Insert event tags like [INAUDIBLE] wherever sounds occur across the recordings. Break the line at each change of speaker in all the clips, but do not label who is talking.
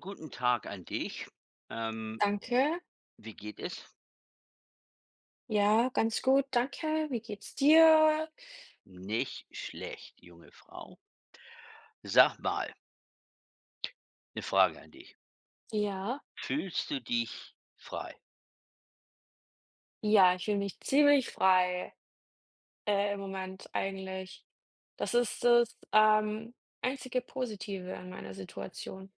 Guten Tag an dich. Ähm,
Danke.
Wie geht es?
Ja, ganz gut, danke. Wie geht's dir?
Nicht schlecht, junge Frau. Sag mal, eine Frage an dich.
Ja.
Fühlst du dich frei?
Ja, ich fühle mich ziemlich frei, im Moment eigentlich. Das ist das, einzige Positive an meiner Situation.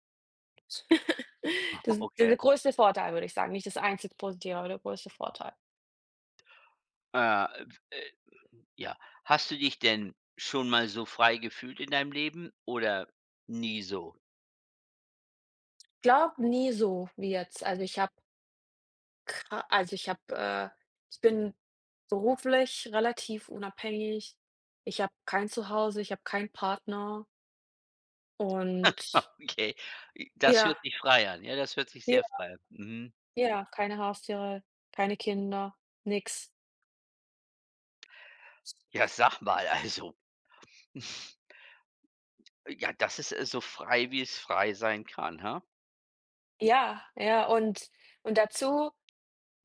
[LAUGHS] Das
Okay.
der größte Vorteil, würde ich sagen. Nicht das einzige Positive, aber der größte Vorteil.
W Ja. Hast du dich denn schon mal so frei gefühlt in deinem Leben oder nie so? [LAUGHS]
Glaub nie so wie jetzt. Also, ich habe, ich bin beruflich relativ unabhängig. Ich habe kein Zuhause, ich habe keinen Partner und
Okay. Das
ja.
hört sich frei an. Ja, das hört sich
Ja,
sehr frei an. Mhm.
ja, keine Haustiere, keine Kinder, nix.
Ja, sag mal, also, [LAUGHS] ja, das ist, so frei, wie es frei sein kann, ha?
Ja, ja, und dazu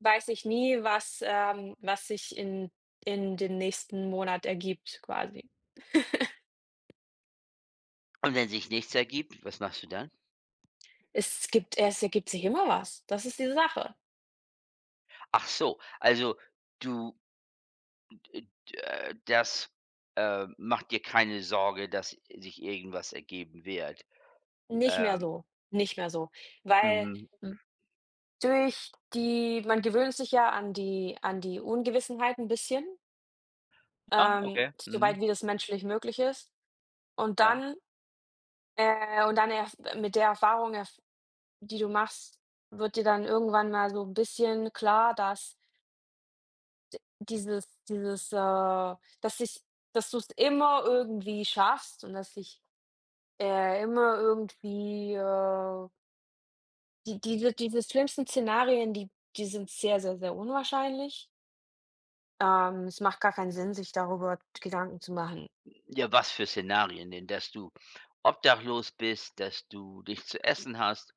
weiß ich nie, was was sich in dem nächsten Monat ergibt quasi.
Und wenn sich nichts ergibt, was machst du dann?
Es ergibt sich immer was. Das ist die Sache.
Ach so, also du äh, das, macht dir keine Sorge, dass sich irgendwas ergeben wird.
Nicht mehr
Ähm,
so, nicht mehr so, weil
mhm.
Mhm. Durch die man gewöhnt sich ja an die Ungewissenheit 'n bisschen,
Ah, okay. Mhm,
soweit wie das menschlich möglich ist. Und
ja.
dann und dann erf mit der Erfahrung erf die du machst, wird dir dann irgendwann mal so ein bisschen klar, dass dieses, dass sich, dass du es immer irgendwie schaffst und dass sich immer irgendwie diese schlimmsten Szenarien, die sind sehr, sehr, sehr unwahrscheinlich. Es macht gar keinen Sinn, sich darüber Gedanken zu machen.
Ja, was für Szenarien denn? Dass du obdachlos bist, dass du nichts zu essen hast.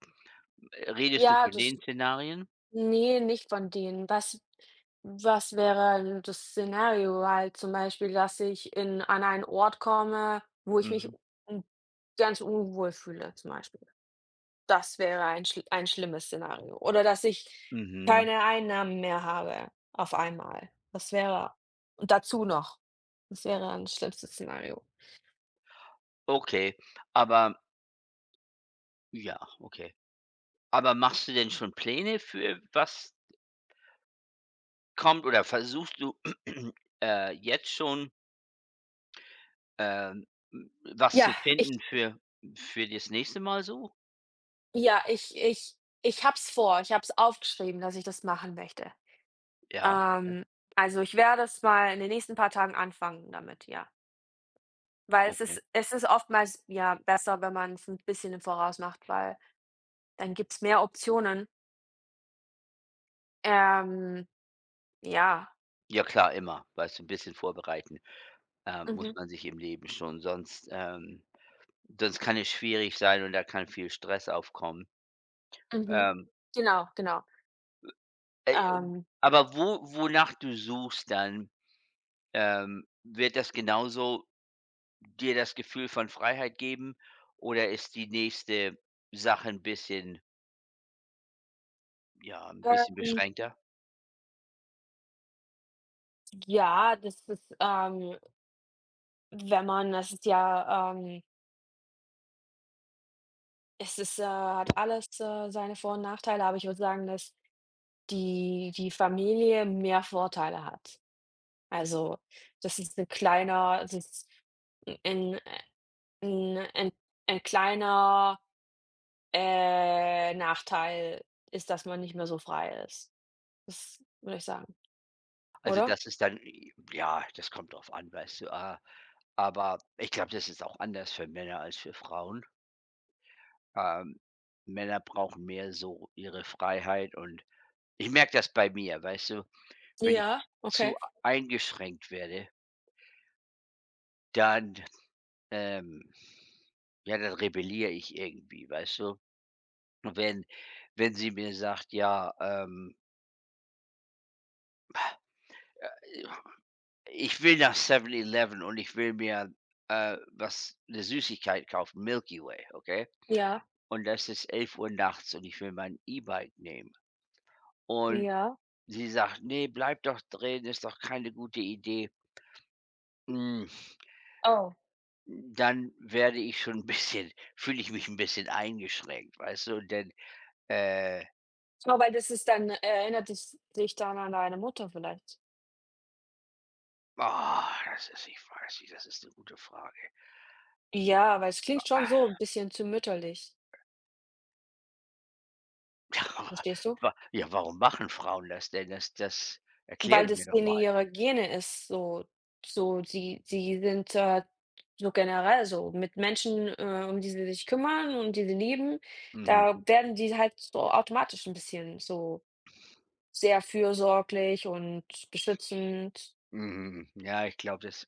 Redest du
Ja,
von
das
den Szenarien?
Ne, nicht von denen. Was wäre 'n das Szenario halt zum Beispiel, dass ich in an einen Ort komme, wo ich mich
Mhm.
un ganz unwohl fühle zum Beispiel. Das wäre ein schlimmes Szenario. Oder dass ich
Mhm.
keine Einnahmen mehr habe auf einmal. Das wäre und dazu noch. Das wäre ein schlimmstes Szenario.
Okay, aber ja, okay. Aber machst du denn schon Pläne für was kommt oder versuchst du, [CLEARS THROAT] jetzt schon Ähm, hm, was zu
Ja, ich
finden für das nächste Mal so?
ja, ich habe es vor. Ich habe es aufgeschrieben, dass ich das machen möchte.
Ja,
Ähm, also, ich werde es mal in den nächsten paar Tagen anfangen damit, ja. Weil es
okay.
ist es ist oftmals, ja, besser, wenn man man's ein bisschen im Voraus macht, weil dann gibt's mehr Optionen. Ähm, ja.
Ja klar, immer, weißt du, 'n bisschen vorbereiten, muss
Mhm,
man sich im Leben schon, sonst kann es schwierig sein, und da kann viel Stress aufkommen.
mhm.
Ähm,
Genau, genau.
äh,
Ähm,
aber wo wonach du suchst dann, wird das genauso dir das Gefühl von Freiheit geben, oder ist die nächste Sache 'n bisschen, ja, 'n bisschen
ähm,
beschränkter?
ja, das ist, wenn man das ist ja, es ist, hat alles, seine Vor und Nachteile, aber ich würde sagen, dass die Familie mehr Vorteile hat. Also, das ist ein kleiner das ein ein 'n kleiner, Nachteil ist, dass man nicht mehr so frei ist. Das würde ich sagen,
Also,
oder?
das ist dann, ja, das kommt drauf an, weißt du, aber ich glaube, das ist auch anders für Männer als für Frauen. Ähm, Männer brauchen mehr so ihre Freiheit, und ich merke das bei mir, weißt du? Wenn ich
Ja, okay.
zu eingeschränkt werde, dann, ähm ja, dann rebelliere ich irgendwie, weißt du? Wenn wenn sie mir sagt: „Ja, äh, ich will nach Seven Eleven und ich will mir, was, 'ne Süßigkeit kaufen, Milky Way", okay?
Ja,
Und das ist 11 Uhr nachts und ich will mein E-Bike nehmen. Und
ja.
sie sagt: „Nee, bleib doch drin, ist doch keine gute Idee." Hm,
Oh.
Dann werde ich schon ein bisschen, [LAUGHS] fühle ich mich ein bisschen eingeschränkt, weißt du? Und dann, äh,
Aber weil das ist dann erinnert dich dann an deine Mutter vielleicht.
ah, das ist, ich weiß nicht, das ist eine gute Frage.
Ja, weil es klingt schon so ein bisschen zu mütterlich.
[LAUGHS] Aber
Verstehst du?
wa ja, warum machen Frauen das denn? Das
Weil
erkläre mir
das
doch
in
mal.
ihrer Gene ist, so so sie sind, so generell so mit Menschen, um die sie sich kümmern und die sie lieben,
Mhm,
da werden die halt so automatisch 'n bisschen so sehr fürsorglich und beschützend.
mhm, mhm. Ja, ich glaube,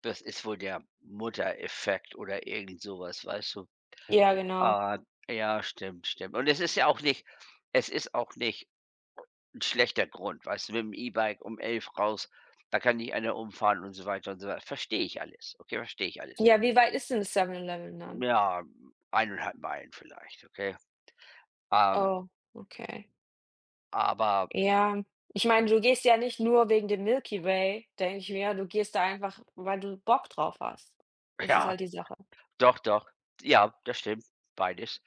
das ist wohl der Muttereffekt oder irgend sowas, weißt du?
Ja, genau.
Ah, ja, stimmt, stimmt. Und es ist auch nicht ein schlechter Grund, weißt du, mit dem E-Bike um 11 raus, da kann dich einer umfahren und so weiter und so weiter. Verstehe ich alles, okay, verstehe ich alles.
Ja, wie weit ist denn das Seven Eleven dann?
Ja, eineinhalb Meilen vielleicht, okay? Ähm,
Oh, okay.
aber
Ja, ich meine, du gehst ja nicht nur wegen dem Milky Way, denke ich mir, du gehst da einfach, weil du Bock drauf hast.
[LAUGHS]
Das ist
ja,
halt die Sache.
doch, doch. Ja, das stimmt, beides.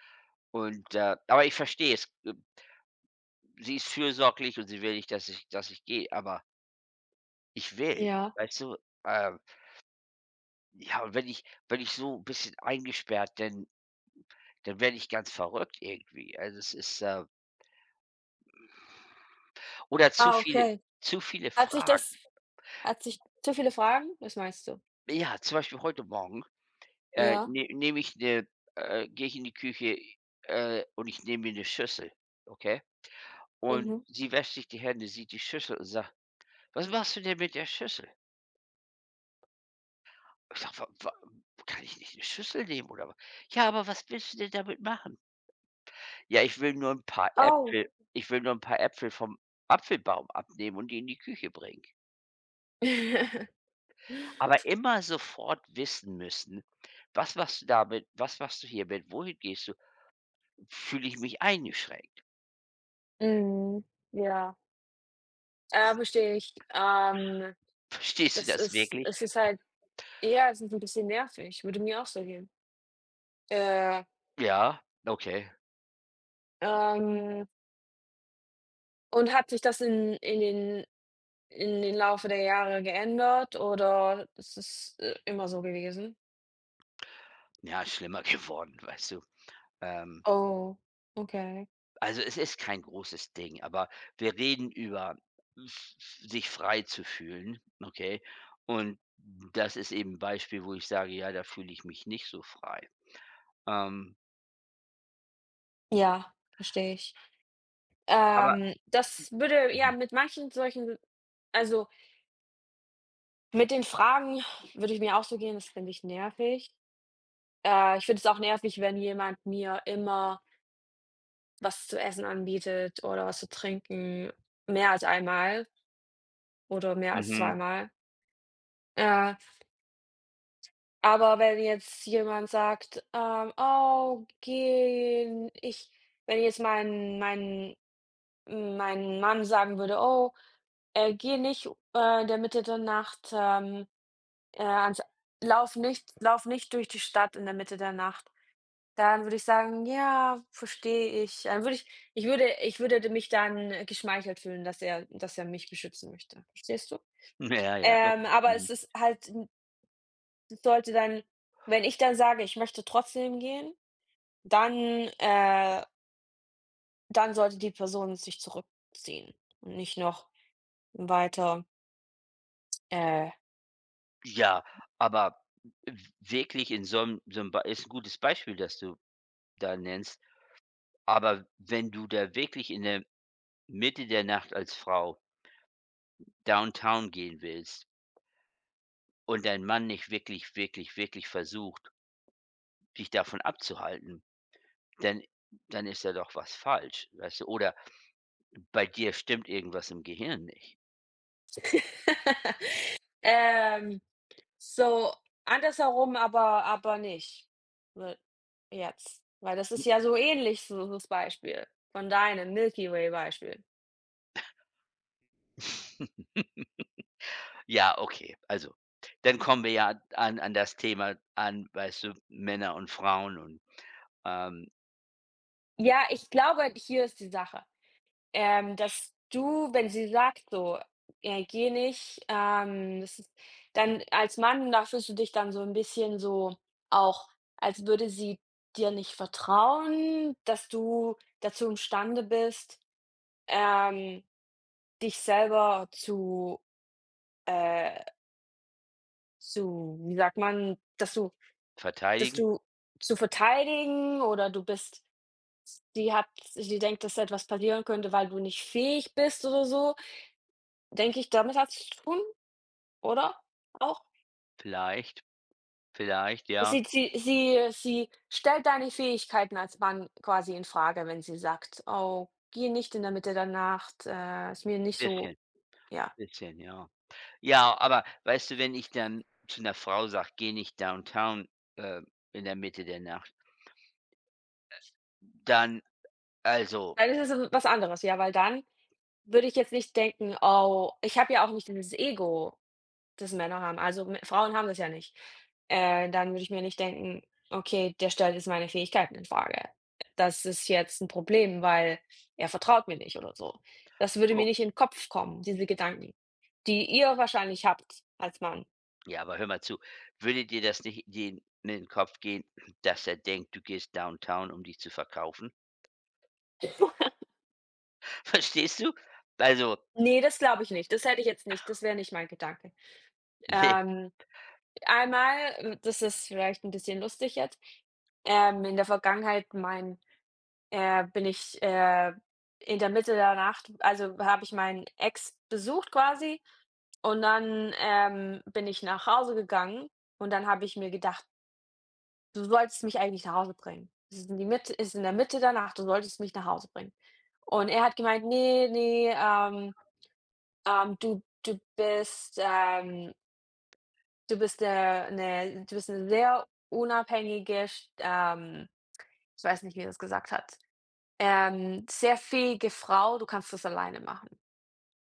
Und, aber ich verstehe es. Sie ist fürsorglich und sie will nicht, dass ich, dass ich gehe, aber ich will,
Ja.
weißt du? Ähm, ja, und wenn ich so ein bisschen eingesperrt denn dann werde ich ganz verrückt irgendwie. Also, es ist, oder zu
Ah,
viele
okay. Hat sich das
Fragen.
hat sich zu viele Fragen? Was meinst du?
Ja, zum Beispiel heute Morgen,
Ja,
ne nehme ich 'ne gehe ich in die Küche, und ich nehme mir eine Schüssel, okay? Und
mhm.
sie wäscht sich die Hände, sieht die Schüssel und sagt: „Was machst du denn mit der Schüssel?" Ich sage: „Kann ich nicht eine Schüssel nehmen oder was?" „Ja, aber was willst du denn damit machen?" „Ja, ich will nur ein paar
Oh.
Äpfel, ich will nur ein paar Äpfel vom Apfelbaum abnehmen und die in die Küche bringen."
[LAUGHS]
Aber immer sofort wissen müssen: „Was machst du damit? Was machst du hiermit? Wohin gehst du? Fühle ich mich eingeschränkt?"
Mhm, ja, verstehe ich.
[LAUGHS] Verstehst du
Das
das
ist
wirklich?
es ist halt. Ja, es ist ein bisschen nervig, würde mir auch so gehen. Äh,
Ja, okay.
ähm, und hat sich das in den Laufe der Jahre geändert oder ist es, immer so gewesen?
Ja, schlimmer [LAUGHS] geworden, weißt du? Ähm,
Oh, okay.
also, es ist kein großes Ding, aber wir reden über, f sich frei zu fühlen, okay? Und das ist eben 'n Beispiel, wo ich sage: „Ja, da fühle ich mich nicht so frei." Ähm,
Ja, verstehe ich.
aber
Das würde
mhm,
ja, mit manchen solchen also mit den Fragen würde ich mir auch so gehen, das finde ich nervig. Ich finde es auch nervig, wenn jemand mir immer was zu essen anbietet oder was zu trinken, mehr als einmal oder mehr als
mhm.
zweimal. Äh, aber wenn jetzt jemand sagt, „Oh, geh ich“ wenn ich jetzt mein Mann sagen würde: „Oh, geh nicht, in der Mitte der Nacht, ans lauf nicht durch die Stadt in der Mitte der Nacht.“ Dann würde ich sagen: „Ja, verstehe ich.“ Dann würde ich würde mich dann geschmeichelt fühlen, dass er mich beschützen möchte. Verstehst du?
[LAUGHS] Ja, ja, okay.
Aber
Mhm.
es ist halt n es sollte dann wenn ich dann sage: „Ich möchte trotzdem gehen“, dann äh, dann sollte die Person sich zurückziehen und nicht noch weiter, äh,
Ja, aber wirklich in so 'n Bei ist 'n gutes Beispiel, das du da nennst, aber wenn du da wirklich in der Mitte der Nacht als Frau downtown gehen willst und dein Mann nicht wirklich, wirklich, wirklich versucht, dich davon abzuhalten, dann, dann ist da doch was falsch, weißt du? Oder bei dir stimmt irgendwas im Gehirn nicht.
[LAUGHS] ähm so, andersherum aber nicht, we jetzt, weil das ist ja so ähnlich so das Beispiel von deinem Milky Way Beispiel.
[LAUGHS] Ja, okay, also, dann kommen wir ja an das Thema an, weißt du, Männer und Frauen und, ähm,
Ja, ich glaube, hier ist die Sache, dass du, wenn sie sagt so: geh nicht“, das ist dann als Mann, da fühlst du dich dann so ein bisschen so auch, als würde sie dir nicht vertrauen, dass du dazu imstande bist, ähm, dich selber zu, äh zu wie sagt man, dass du dass
verteidigen.
du zu verteidigen oder du bist die hat die denkt, dass etwas passieren könnte, weil du nicht fähig bist oder so, denke ich, damit hat's zu tun, oder? Auch?
Vielleicht, vielleicht, ja,
Sie stellt deine Fähigkeiten als Mann quasi in Frage wenn sie sagt: „Oh, geh nicht in der Mitte der Nacht, ist mir nicht
bisschen,
so“ ja.
bisschen, ja. Ja, aber weißt du, wenn ich dann zu 'ner Frau sage: „Geh nicht downtown, äh, in der Mitte der Nacht", dann, also,
Dann ist es was anderes, ja, weil dann würde ich jetzt nicht denken: „Oh“ ich habe ja auch nicht dieses Ego das Männer haben. Also, M Frauen haben das ja nicht. Dann würde ich mir nicht denken: „Okay, der stellt jetzt meine Fähigkeiten in Frage. Das ist jetzt ein Problem, weil er vertraut mir nicht“ oder so. Das würde mir
o
nicht in den Kopf kommen, diese Gedanken, die ihr wahrscheinlich habt als Mann.
ja, aber hör mal zu, würde dir das nicht den in den Kopf gehen, dass er denkt, du gehst downtown, um dich zu verkaufen? [LAUGHS] Verstehst du? Also,
Ne, das glaube ich nicht. Das hätte ich jetzt nicht. Das wäre nicht mein Gedanke.
[LAUGHS] ne,
Ähm, einmal, das ist vielleicht ein bisschen lustig jetzt, in der Vergangenheit mein bin ich, in der Mitte der Nacht also, habe ich meinen Ex besucht quasi und dann, bin ich nach Hause gegangen und dann habe ich mir gedacht: „Du solltest mich eigentlich nach Hause bringen. Es ist in der Mitte der Nacht, du solltest mich nach Hause bringen.“ Und er hat gemeint: nee nee, du bist, du bist, eine du bist eine sehr unabhängige st“ ich weiß nicht, wie er das gesagt hat. Sehr fähige Frau, du kannst das alleine machen,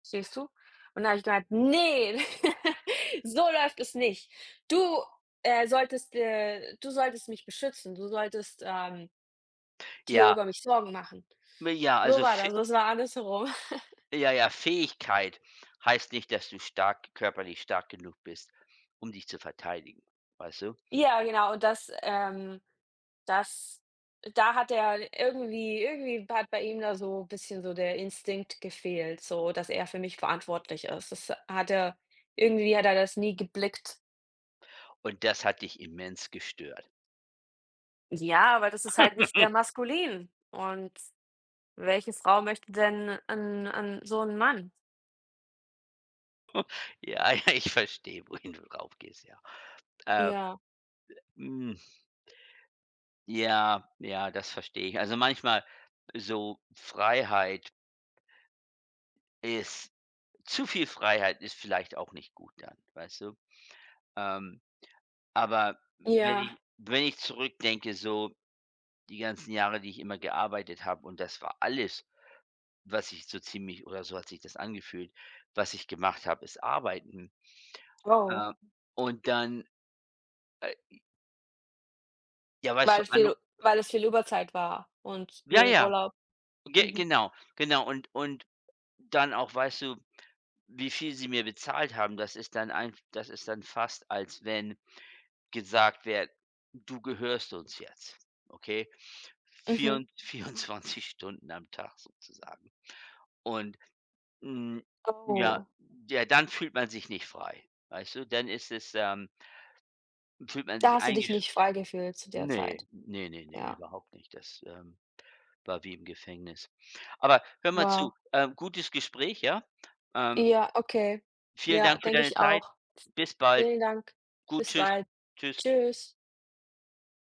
siehst du? Und da habe ich gemeint: nee, [LAUGHS] so läuft es nicht. Du, solltest du solltest mich beschützen. Du solltest, dir
ja,
über mich Sorgen machen.“
ne, ja,
So
also,
war das,
Fäh
das war andersherum. [LAUGHS]
ja, ja, Fähigkeit heißt nicht, dass du stark körperlich stark genug bist, um dich zu verteidigen, weißt du?
Ja, genau, und das, das da hat er irgendwie hat bei ihm da so ein bisschen so der Instinkt gefehlt, so dass er für mich verantwortlich ist. Das hat er irgendwie hat er das nie geblickt.
Und das hat dich immens gestört.
Ja, aber das ist halt nicht sehr maskulin. Und welche Frau möchte denn einen 'n so 'n Mann?
Ja, [LAUGHS] ja, ich verstehe, wohin du drauf gehst, ja. Äh,
Ja,
hm, ja, ja, das verstehe ich. Also, manchmal so Freiheit ist zu viel Freiheit ist vielleicht auch nicht gut dann, weißt du? Ähm, aber wenn
ja.
ich wenn ich zurückdenke, so die ganzen Jahre, die ich immer gearbeitet habe, und das war alles, was ich so ziemlich, oder so hat sich das angefühlt, was ich gemacht habe, ist arbeiten.
Oh,
Äh, und dann, äh, ja, weißt du,
weil
anru
viel weil es viel Überzeit war und
ja,
wenig
ja.
Urlaub.
Ge
Mhm,
genau, genau. Und dann auch, weißt du, wie viel sie mir bezahlt haben, das ist dann fast, als wenn gesagt wird: „Du gehörst uns jetzt", okay?
mhm.
Vierund [LAUGHS] 24 Stunden am Tag sozusagen. Und, hm, ja,
Oh,
ja, dann fühlt man sich nicht frei, weißt du? Dann ist es, fühlt man
da
sich,
hast du dich
eingesch
nicht frei gefühlt zu der
ne,
Zeit.
ne, ne, ne,
Ja,
überhaupt nicht. Das, war wie im Gefängnis. Aber hör mal zu,
wow.
gutes Gespräch, ja? Ähm
Ja, okay.
Vielen
Ja,
Dank für
denke
deine
ich
Zeit.
auch.
Bis bald.
Vielen Dank.
Gut,
Bis
tschüss.
bald.
Tschüss.
Tschüss.